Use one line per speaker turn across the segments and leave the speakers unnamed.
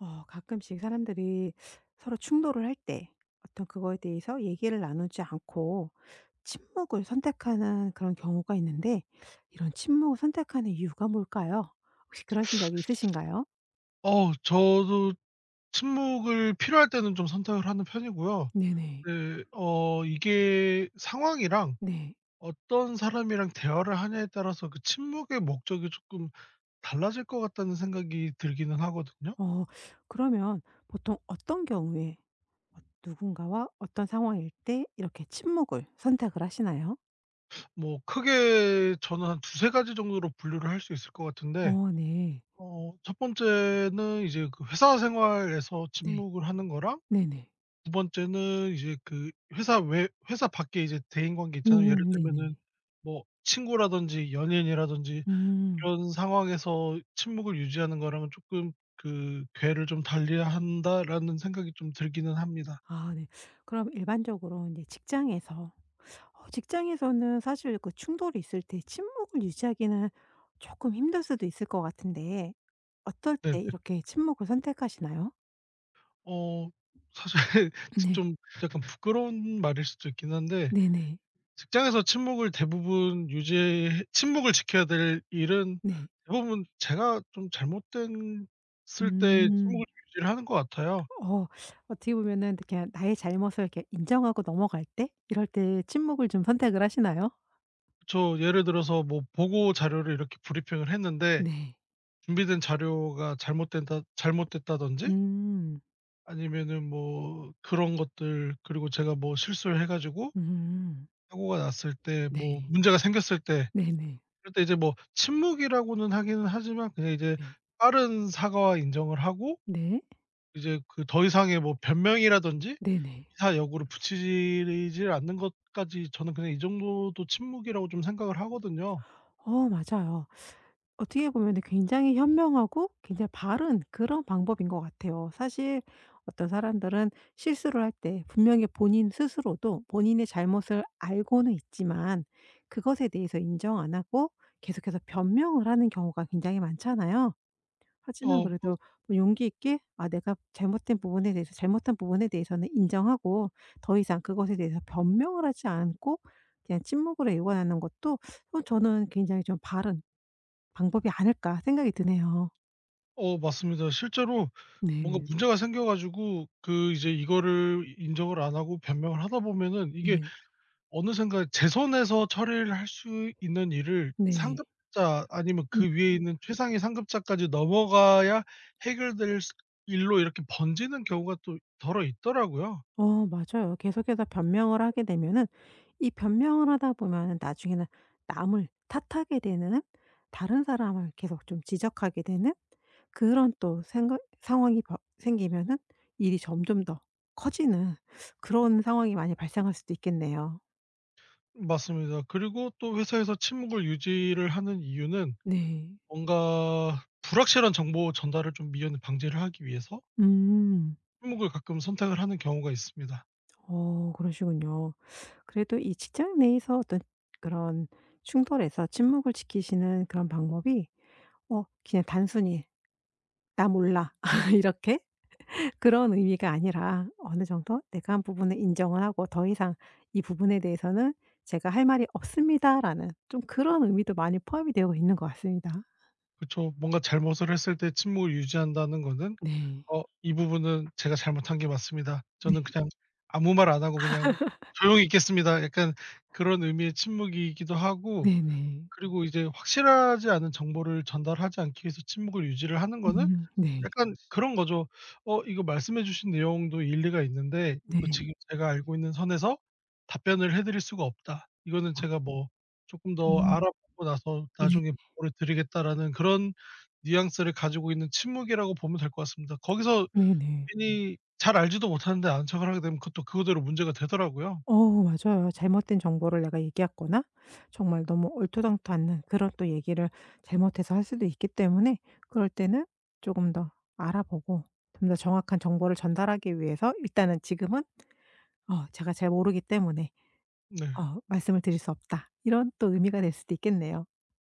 가끔씩 사람들이 서로 충돌을 할 때 어떤 그거에 대해서 얘기를 나누지 않고 침묵을 선택하는 그런 경우가 있는데, 이런 침묵을 선택하는 이유가 뭘까요? 혹시 그러신 적이 있으신가요?
저도 침묵을 필요할 때는 좀 선택을 하는 편이고요.
네네.
네. 이게 상황이랑
네.
어떤 사람이랑 대화를 하냐에 따라서 그 침묵의 목적이 조금 달라질 것 같다는 생각이 들기는 하거든요.
어 그러면 보통 어떤 경우에 어 누군가와 어떤 상황일 때 이렇게 침묵을 선택을 하시나요?
뭐 크게 저는 한 두세 가지 정도로 분류를 할 수 있을 것 같은데,
네.
첫 번째는 이제 그 회사 생활에서
네.
침묵을 하는 거랑,
네네.
두 번째는 이제 그 회사 외 회사 밖에 이제 대인 관계 있잖아요. 예를
네네.
들면은 뭐 친구라든지 연인이라든지
음.
이런 상황에서 침묵을 유지하는 거랑은 쪼끔 그 '궤를 좀 달리한다.'라는 생각이 좀 들기는 합니다.
아 네. 그럼 일반적으로 이제 직장에서, 직장에서는 사실 그 충돌이 있을 때 침묵을 유지하기는 조금 힘들 수도 있을 것 같은데, 어떨
네네.
때 이렇게 침묵을 선택하시나요?
어 사실 지
네.
좀 약간 부끄러운 말일 수도 있긴 한데,
네네.
직장에서 침묵을 대부분 유지해 침묵을 지켜야 될 일은
네.
대부분 제가 좀 잘못됐을 때
음.
침묵을 유지를 하는 것 같아요.
어 어떻게 보면은 그냥 나의 잘못을 이렇게 인정하고 넘어갈 때, 이럴 때 침묵을 좀 선택을 하시나요?
저 예를 들어서 뭐 보고 자료를 이렇게 브리핑을 했는데,
네.
준비된 자료가 잘못된다 잘못됐다든지
음.
아니면은 뭐 그런 것들, 그리고 제가 뭐 실수를 해 가지고
음.
사고가 났을 때, 뭐
네.
문제가 생겼을 때
네네.
그럴 때 이제 뭐 침묵이라고는 하기는 하지만 그냥 이제
네.
빠른 사과와 인정을 하고,
네.
이제 그 더 이상의 뭐 변명이라든지
네네.
기사 역으로 붙이질 않는 것까지 저는 그냥 이 정도도 침묵이라고 좀 생각을 하거든요.
어 맞아요. 어떻게 보면 굉장히 현명하고 굉장히 바른 그런 방법인 것 같아요. 사실 어떤 사람들은 실수를 할 때 분명히 본인 스스로도 본인의 잘못을 알고는 있지만 그것에 대해서 인정 안 하고 계속해서 변명을 하는 경우가 굉장히 많잖아요.
어
하지만
뭐
그래도 뭐 용기 있게, 아 내가 잘못된 부분에 대해서, 잘못한 부분에 대해서는 인정하고 더 이상 그것에 대해서 변명을 하지 않고 그냥 침묵으로 일관하는 것도, 저는 굉장히 좀 바른 방법이 아닐까 생각이 드네요.
어 맞습니다. 실제로 뭔가
네.
문제가 생겨 가지고 그 이제 이거를 인정을 안 하고 변명을 하다 보면은, 이게
네.
어느샌가 제 손에서 처리를 할 수 있는 일을
네.
상급자 아니면
음.
그 위에 있는 최상위 상급자까지 넘어가야 해결될 수- 일로 이렇게 번지는 경우가 또 덜어 있더라고요.
어 맞아요. 계속해서 변명을 하게 되면은, 이 변명을 하다 보면은 나중에는 남을 탓하게 되는, 다른 사람을 계속 좀 지적하게 되는 그런 또 생각 상황이 버 생기면은 일이 점점 더 커지는 그런 상황이 많이 발생할 수도 있겠네요.
맞습니다. 그리고 또 회사에서 침묵을 유지를 하는 이유는
네.
뭔가 불확실한 정보 전달을 좀 미연에 방지를 하기 위해서
음.
침묵을 가끔 선택을 하는 경우가 있습니다.
어 그러시군요. 그래도 이 직장 내에서 어떤 그런 충돌에서 침묵을 지키시는 그런 방법이, 그냥 단순히 '나 몰라.' 이렇게 그런 의미가 아니라 어느 정도 '내가 한 부분을 인정을 하고 더 이상 이 부분에 대해서는 제가 할 말이 없습니다.'라는 좀 그런 의미도 많이 포함이 되어 있는 것 같습니다.
그쵸. 뭔가 잘못을 했을 때 침묵을 유지한다는 거는
네.
이 부분은 제가 잘못한 게 맞습니다.
네.
저는 그냥 아무 말 안 하고 그냥 조용히 있겠습니다." 약간 그런 의미의 침묵이기도 하고,
네네.
그리고 이제 확실하지 않은 정보를 전달하지 않기 위해서 침묵을 유지를 하는 거는
음. 네.
약간 그런 거죠. 이거 말씀해 주신 내용도 일리가 있는데, 이거
네.
지금 제가 알고 있는 선에서 답변을 해 드릴 수가 없다. 이거는 제가
아
뭐 조금 더
음
알아보고 나서
네.
나중에 보고를 드리겠다라는 그런 뉘앙스를 가지고 있는 침묵이라고 보면 될 것 같습니다. 거기서
네네.
괜히 잘 알지도 못하는데 아는 척을 하게 되면 그것도 그거대로 문제가 되더라고요.
어 맞아요. 잘못된 정보를 내가 얘기했거나 정말 너무 얼토당토 않는 그런 또 얘기를 잘못해서 할 수도 있기 때문에 그럴 때는 조금 더 알아보고 좀 더 정확한 정보를 전달하기 위해서 일단은 지금은 제가 잘 모르기 때문에
네.
말씀을 드릴 수 없다, 이런 또 의미가 될 수도 있겠네요.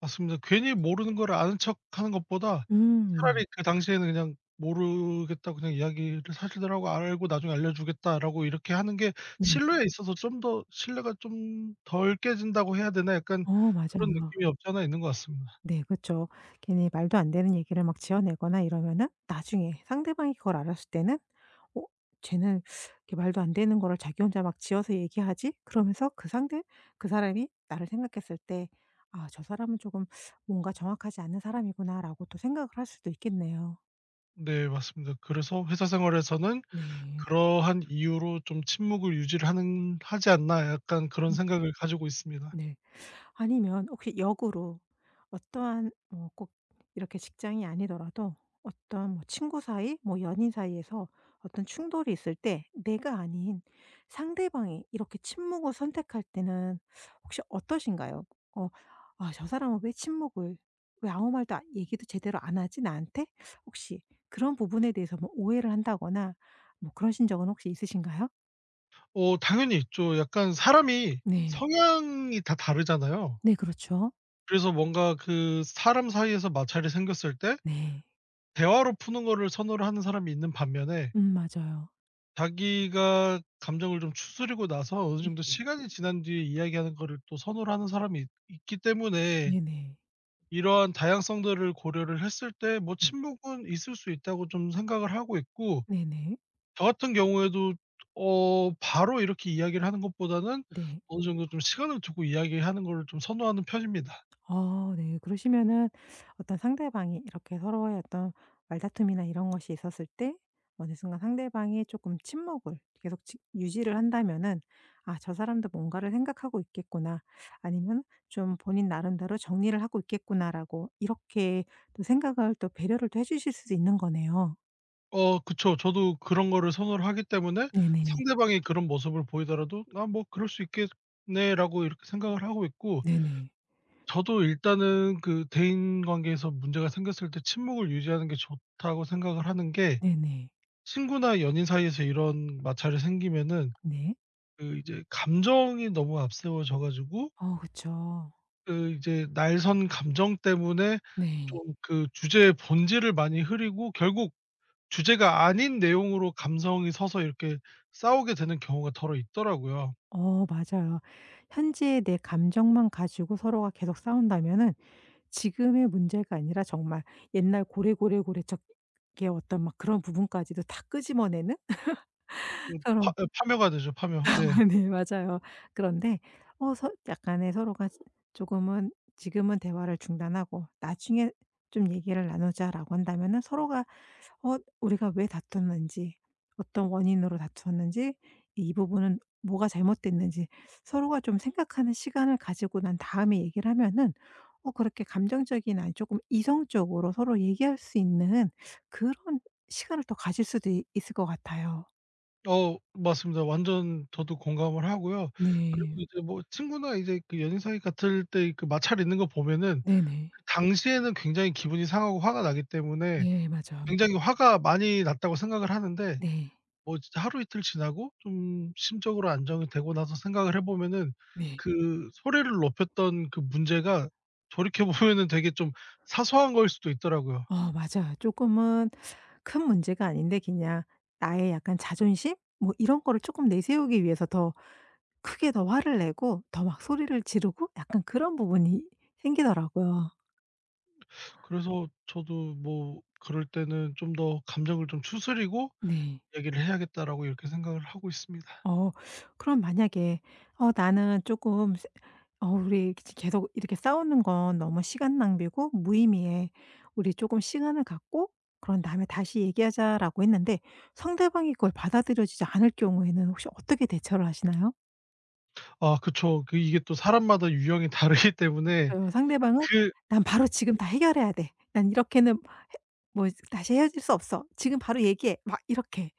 맞습니다. 괜히 모르는 걸 아는 척하는 것보다
음.
차라리 그 당시에는 그냥 "모르겠다." 그냥 이야기를 사실대로하고 "알고 나중에 알려주겠다."라고 이렇게 하는 게
네. 네.
신뢰에 있어서 좀 더 신뢰가 좀 덜 깨진다고 해야 되나, 약간
어
그런
맞아요.
느낌이 없지 않아 있는 것 같습니다.
네 그렇죠. 괜히 말도 안 되는 얘기를 막 지어내거나 이러면은 나중에 상대방이 그걸 알았을 때는 '어 쟤는 이렇게 말도 안 되는 거를 자기 혼자 막 지어서 얘기하지?' 그러면서 그 상대, 그 사람이 나를 생각했을 때 '아 저 사람은 조금 뭔가 정확하지 않은 사람이구나.'라고 또 생각을 할 수도 있겠네요.
네 맞습니다. 그래서 회사 생활에서는
네.
'그러한 이유로 좀 침묵을 유지를 하는 하지 않나.' 약간 그런
음
생각을 가지고 있습니다.
네. 아니면 혹시 역으로 어떠한 뭐 꼭 이렇게 직장이 아니더라도 어떤 뭐 친구 사이, 뭐 연인 사이에서 어떤 충돌이 있을 때, 내가 아닌 상대방이 이렇게 침묵을 선택할 때는 혹시 어떠신가요? 어 '아 저 사람은 왜 침묵을, 왜 아무 말도 안- 얘기도 제대로 안 하지 나한테?' 혹시 그런 부분에 대해서 뭐 오해를 한다거나 뭐 그러신 적은 혹시 있으신가요?
당연히 있죠. 약간 사람이
네.
성향이 다 다르잖아요.
네 그렇죠.
그래서 뭔가 그 사람 사이에서 마찰이 생겼을 때
네.
대화로 푸는 거를 선호를 하는 사람이 있는 반면에,
맞아요.
자기가 감정을 좀 추스리고 나서 어느 정도
네.
시간이 지난 뒤에 이야기하는 거를 또 선호를 하는 사람이 있 있기 때문에
네네.
이러한 다양성들을 고려를 했을 때 뭐
네.
침묵은 있을 수 있다고 좀 생각을 하고 있고,
네네.
저 같은 경우에도 바로 이렇게 이야기를 하는 것보다는
네.
어느 정도 좀 시간을 두고 이야기하는 거를 좀 선호하는 편입니다.
아 네. 그러시면은 어떤 상대방이 이렇게 서로의 어떤 말다툼이나 이런 것이 있었을 때 어느 순간 상대방이 조금 침묵을 계속 지 유지를 한다면은 '아 저 사람도 뭔가를 생각하고 있겠구나.' 아니면 '좀 본인 나름대로 정리를 하고 있겠구나.'라고 이렇게 또 생각을 또 배려를 또 해 주실 수도 있는 거네요.
그쵸. 저도 그런 거를 선호를 하기 때문에
네네.
상대방이 그런 모습을 보이더라도 '아 뭐 그럴 수 있겠네.'라고 이렇게 생각을 하고 있고,
네네.
저도 일단은 그 대인 관계에서 문제가 생겼을 때 침묵을 유지하는 게 좋다고 생각을 하는 게,
네네.
친구나 연인 사이에서 이런 마찰이 생기면은
네.
그 이제 감정이 너무 앞세워져 가지고
어 그쵸.
그 이제 날선 감정 때문에
네.
좀 그 주제의 본질을 많이 흐리고, 결국 주제가 아닌 내용으로 감성이 서서 이렇게 싸우게 되는 경우가 더러 있더라고요.
어 맞아요. 현재의 내 감정만 가지고 서로가 계속 싸운다면은 지금의 문제가 아니라 정말 옛날 고래고래고래적의 어떤 막 그런 부분까지도 다 끄집어내는
파
그런
예, 파묘가 되죠, 파묘. 네.
네 맞아요. 그런데 서 약간의 서로가 조금은 지금은 대화를 중단하고 '나중에 좀 얘기를 나누자.'라고 한다면은 서로가 우리가 왜 다퉜는지, 어떤 원인으로 다투었는지, 이 부분은 뭐가 잘못됐는지 서로가 좀 생각하는 시간을 가지고 난 다음에 얘기를 하면은 그렇게 감정적인, 아니 조금 이성적으로 서로 얘기할 수 있는 그런 시간을 또 가질 수도 이- 있을 것 같아요.
맞습니다. 완전 저도 공감을 하고요. 그리고
네.
이제 뭐 친구나 이제 그 연인 사이 같을 때 그 마찰 있는 거 보면은
네네.
그 당시에는 굉장히 기분이 상하고 화가 나기 때문에
예 맞아요.
굉장히 화가 많이 났다고 생각을 하는데,
네.
뭐 진짜 하루 이틀 지나고 좀 심적으로 안정이 되고 나서 생각을 해 보면은
네.
그 소리를 높였던 그 문제가 돌이켜 보면은 되게 좀 사소한 거일 수도 있더라고요.
어 맞아요. 조금은 큰 문제가 아닌데 그냥 나의 약간 자존심 뭐 이런 거를 조금 내세우기 위해서 더 크게 더 화를 내고 더 막 소리를 지르고 약간 그런 부분이 생기더라고요.
그래서 저도 뭐 그럴 때는 좀 더 감정을 좀 추스리고
네.
'얘기를 해야겠다.'라고 이렇게 생각을 하고 있습니다.
어 그럼 만약에 나는 조금 세 우리 지 계속 이렇게 싸우는 건 너무 시간 낭비고 무의미해. 우리 조금 시간을 갖고 그런 다음에 다시 얘기하자.'라고 했는데 상대방이 그걸 받아들여지지 않을 경우에는 혹시 어떻게 대처를 하시나요?
아 그쵸. 그 이게 또 사람마다 유형이 다르기 때문에,
맞아요. 상대방은
그
"난 바로 지금 다 해결해야 돼. 난 이렇게는 뭐 다시 헤어질 수 없어. 지금 바로 얘기해." 막 이렇게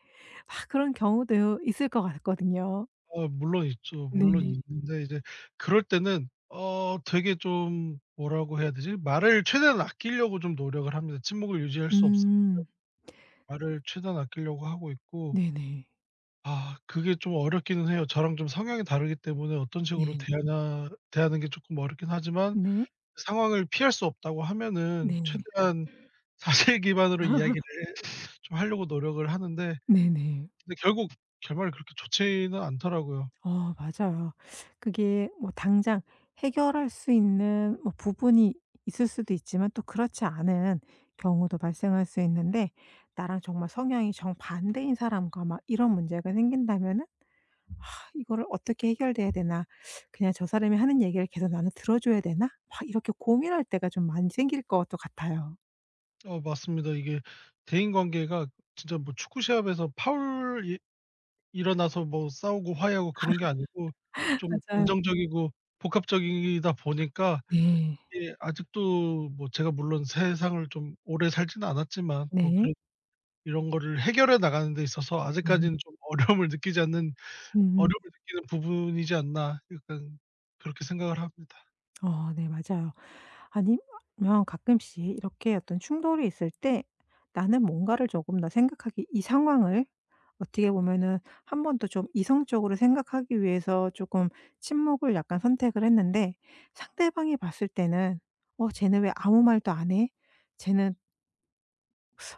막 그런 경우도 있을 것 같거든요.
물론 있죠. 물론.
네.
음, 있는데 이제 그럴 때는 되게 좀 뭐라고 해야 되지? 말을 최대한 아끼려고 좀 노력을 합니다. 침묵을 유지할 수 없으니
음.
말을 최대한 아끼려고 하고 있고,
네네.
아 그게 좀 어렵기는 해요. 저랑 좀 성향이 다르기 때문에 어떤 식으로
네.
대하냐 대하는 게 쪼끔 어렵긴 하지만,
네.
상황을 피할 수 없다고 하면은
네.
최대한 사실 기반으로 이야기를 좀 하려고 노력을 하는데,
네네.
근데 결국 결말이 그렇게 좋지는 않더라고요.
어 맞아요. 그게 뭐 당장 해결할 수 있는 뭐 부분이 있을 수도 있지만 또 그렇지 않은 경우도 발생할 수 있는데, 나랑 정말 성향이 정반대인 사람과 막 이런 문제가 생긴다면은 '이거를 어떻게 해결돼야 되나? 그냥 저 사람이 하는 얘기를 계속 나는 들어 줘야 되나?' 막 이렇게 고민할 때가 좀 많이 생길 것 같아요.
맞습니다. 이게 대인관계가 진짜 뭐 축구 시합에서 파울 이 일어나서 뭐 싸우고 화해하고 그런 게 아니고 좀
맞아요.
감정적이고 복합적이다 보니까
네.
이게 아직도 뭐 제가 물론 세상을 좀 오래 살지는 않았지만 뭐
네.
그런 이런 거를 해결해 나가는 데 있어서
네네.
아직까지는 좀 어려움을 느끼지 않는
음음.
어려움을 느끼는 부분이지 않나, 약간 그렇게 생각을 합니다.
어 네 맞아요. 아니면 가끔씩 이렇게 어떤 충돌이 있을 때 나는 뭔가를 조금 더 생각하기, 이 상황을 어떻게 보면은 한 번 더 좀 이성적으로 생각하기 위해서 조금 침묵을 약간 선택을 했는데, 상대방이 봤을 때는 '어 쟤는 왜 아무 말도 안 해? 쟤는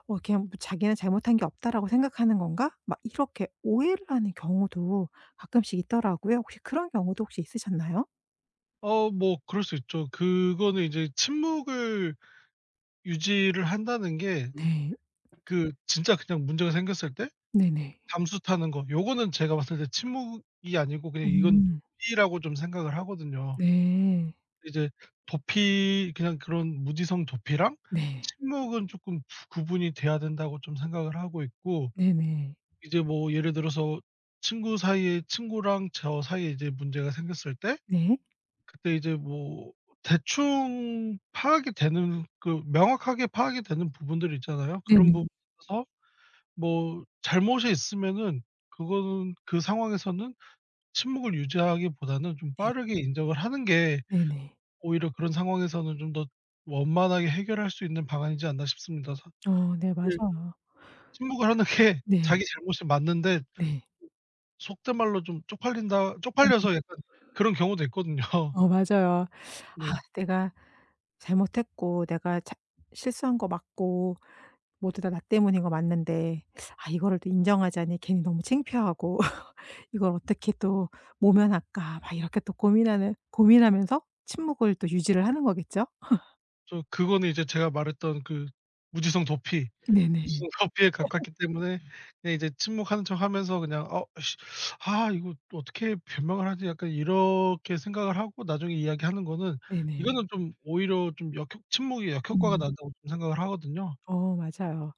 그냥 뭐 자기는 잘못한 게 없다.라고 생각하는 건가?' 막 이렇게 오해를 하는 경우도 가끔씩 있더라고요. 혹시 그런 경우도 혹시 있으셨나요?
뭐 그럴 수 있죠. 그거는 이제 침묵을 유지를 한다는 게
네.
그 진짜 그냥 문제가 생겼을 때
네네.
담수 타는 거, 요거는 제가 봤을 때 침묵이 아니고 그냥 이건
음.
도피라고 좀 생각을 하거든요.
네.
이제 도피, 그냥 그런 무지성 도피랑
네.
침묵은 쪼끔 부 구분이 돼야 된다고 좀 생각을 하고 있고,
네네.
이제 뭐 예를 들어서 친구랑 저 사이에 이제 문제가 생겼을 때
네.
그때 이제 뭐 대충 파악이 되는 그 명확하게 파악이 되는 부분들이 있잖아요. 그런
네네.
부분에 있어서 뭐 잘못이 있으면은 그거는 그 상황에서는 침묵을 유지하기보다는 좀
네.
빠르게 인정을 하는 게
네네.
오히려 그런 상황에서는 좀 더 원만하게 해결할 수 있는 방안이지 않나 싶습니다. 사실
어 네. 맞아요.
침묵을 하는 게
네.
자기 잘못이 맞는데
네.
속된 말로 좀 쪽팔린다
음.
쪽팔려서 약간 그런 경우도 있거든요.
어 맞아요. '아
네.
내가 잘못했고 내가 자 실수한 거 맞고 모두 다 나 때문인 거 맞는데 아 이거를 또 인정하자니 괜히 너무 창피하고, 이걸 어떻게 또 모면할까?' 막 이렇게 또 고민하는, 고민하면서 침묵을 또 유지를 하는 거겠죠?
저 그거는 이제 제가 말했던 그 무지성 도피,
네네.
무슨 커피에 가깝기 때문에 그냥 이제 침묵하는 척하면서 그냥 '어 씨 아 이거 어떻게 변명을 하지?' 약간 이렇게 생각을 하고 나중에 이야기하는 거는,
네네.
이거는 좀 오히려 좀 역효 침묵이 역효과가
음.
난다고 좀 생각을 하거든요.
어 맞아요.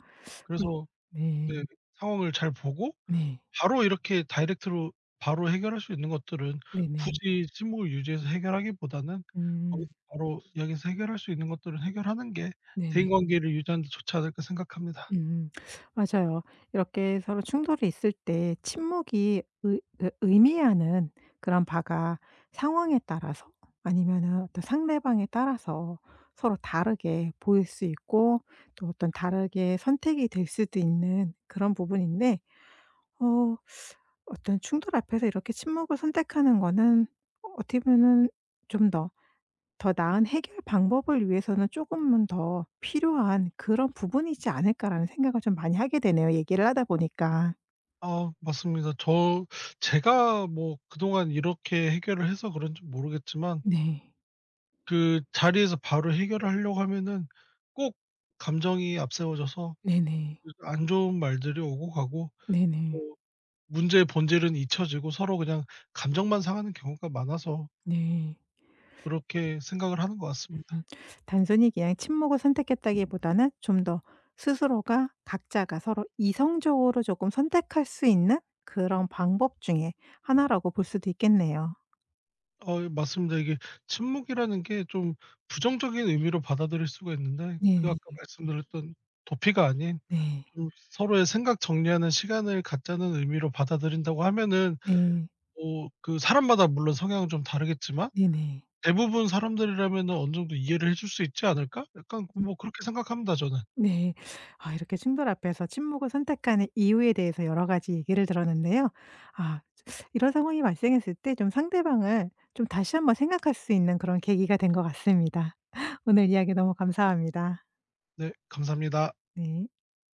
그럼
그래서
네.
네 상황을 잘 보고
네.
바로 이렇게 다이렉트로 바로 해결할 수 있는 것들은
네네.
굳이 침묵을 유지해서 해결하기보다는
음.
거기서 바로 이야기해서 해결할 수 있는 것들은 해결하는 게
네네.
대인관계를 유지하는 데 좋지 않을까 생각합니다.
음. 맞아요. 이렇게 서로 충돌이 있을 때 침묵이 의 그 의미하는 그런 바가 상황에 따라서 아니면은 어떤 상대방에 따라서 서로 다르게 보일 수 있고 또 어떤 다르게 선택이 될 수도 있는 그런 부분인데, 어 어떤 충돌 앞에서 이렇게 침묵을 선택하는 거는 어떻게 보면은 좀더 더 나은 해결 방법을 위해서는 조금은 더 필요한 그런 부분이지 않을까라는 생각을 좀 많이 하게 되네요, 얘기를 하다 보니까.
아 맞습니다. 저 제가 뭐 그동안 이렇게 해결을 해서 그런지 모르겠지만
네.
그 자리에서 바로 해결을 하려고 하면은 꼭 감정이 앞세워져서 그
네네.
안 좋은 말들이 오고 가고,
네네.
또 문제의 본질은 잊혀지고 서로 그냥 감정만 상하는 경우가 많아서
네.
그렇게 생각을 하는 것
음.
같습니다.
단순히 그냥 침묵을 선택했다기보다는 좀 더 스스로가 각자가 서로 이성적으로 조금 선택할 수 있는 그런 방법 중에 하나라고 볼 수도 있겠네요.
예 맞습니다. 이게 침묵이라는 게 좀 부정적인 의미로 받아들일 수가 있는데,
네.
그 아까 말씀드렸던 도피가 아닌
네.
좀 서로의 생각 정리하는 시간을 갖자는 의미로 받아들인다고 하면은
네.
뭐 그 사람마다 물론 성향은 좀 다르겠지만
네네.
대부분 사람들이라면은 어느 정도 이해를 해줄 수 있지 않을까? 약간 뭐 그렇게 생각합니다 저는.
네. 아 이렇게 충돌 앞에서 침묵을 선택하는 이유에 대해서 여러 가지 얘기를 들었는데요. 아 이런 상황이 발생했을 때 좀 상대방을 좀 다시 한번 생각할 수 있는 그런 계기가 된 것 같습니다. 오늘 이야기 너무 감사합니다.
네 감사합니다.
네.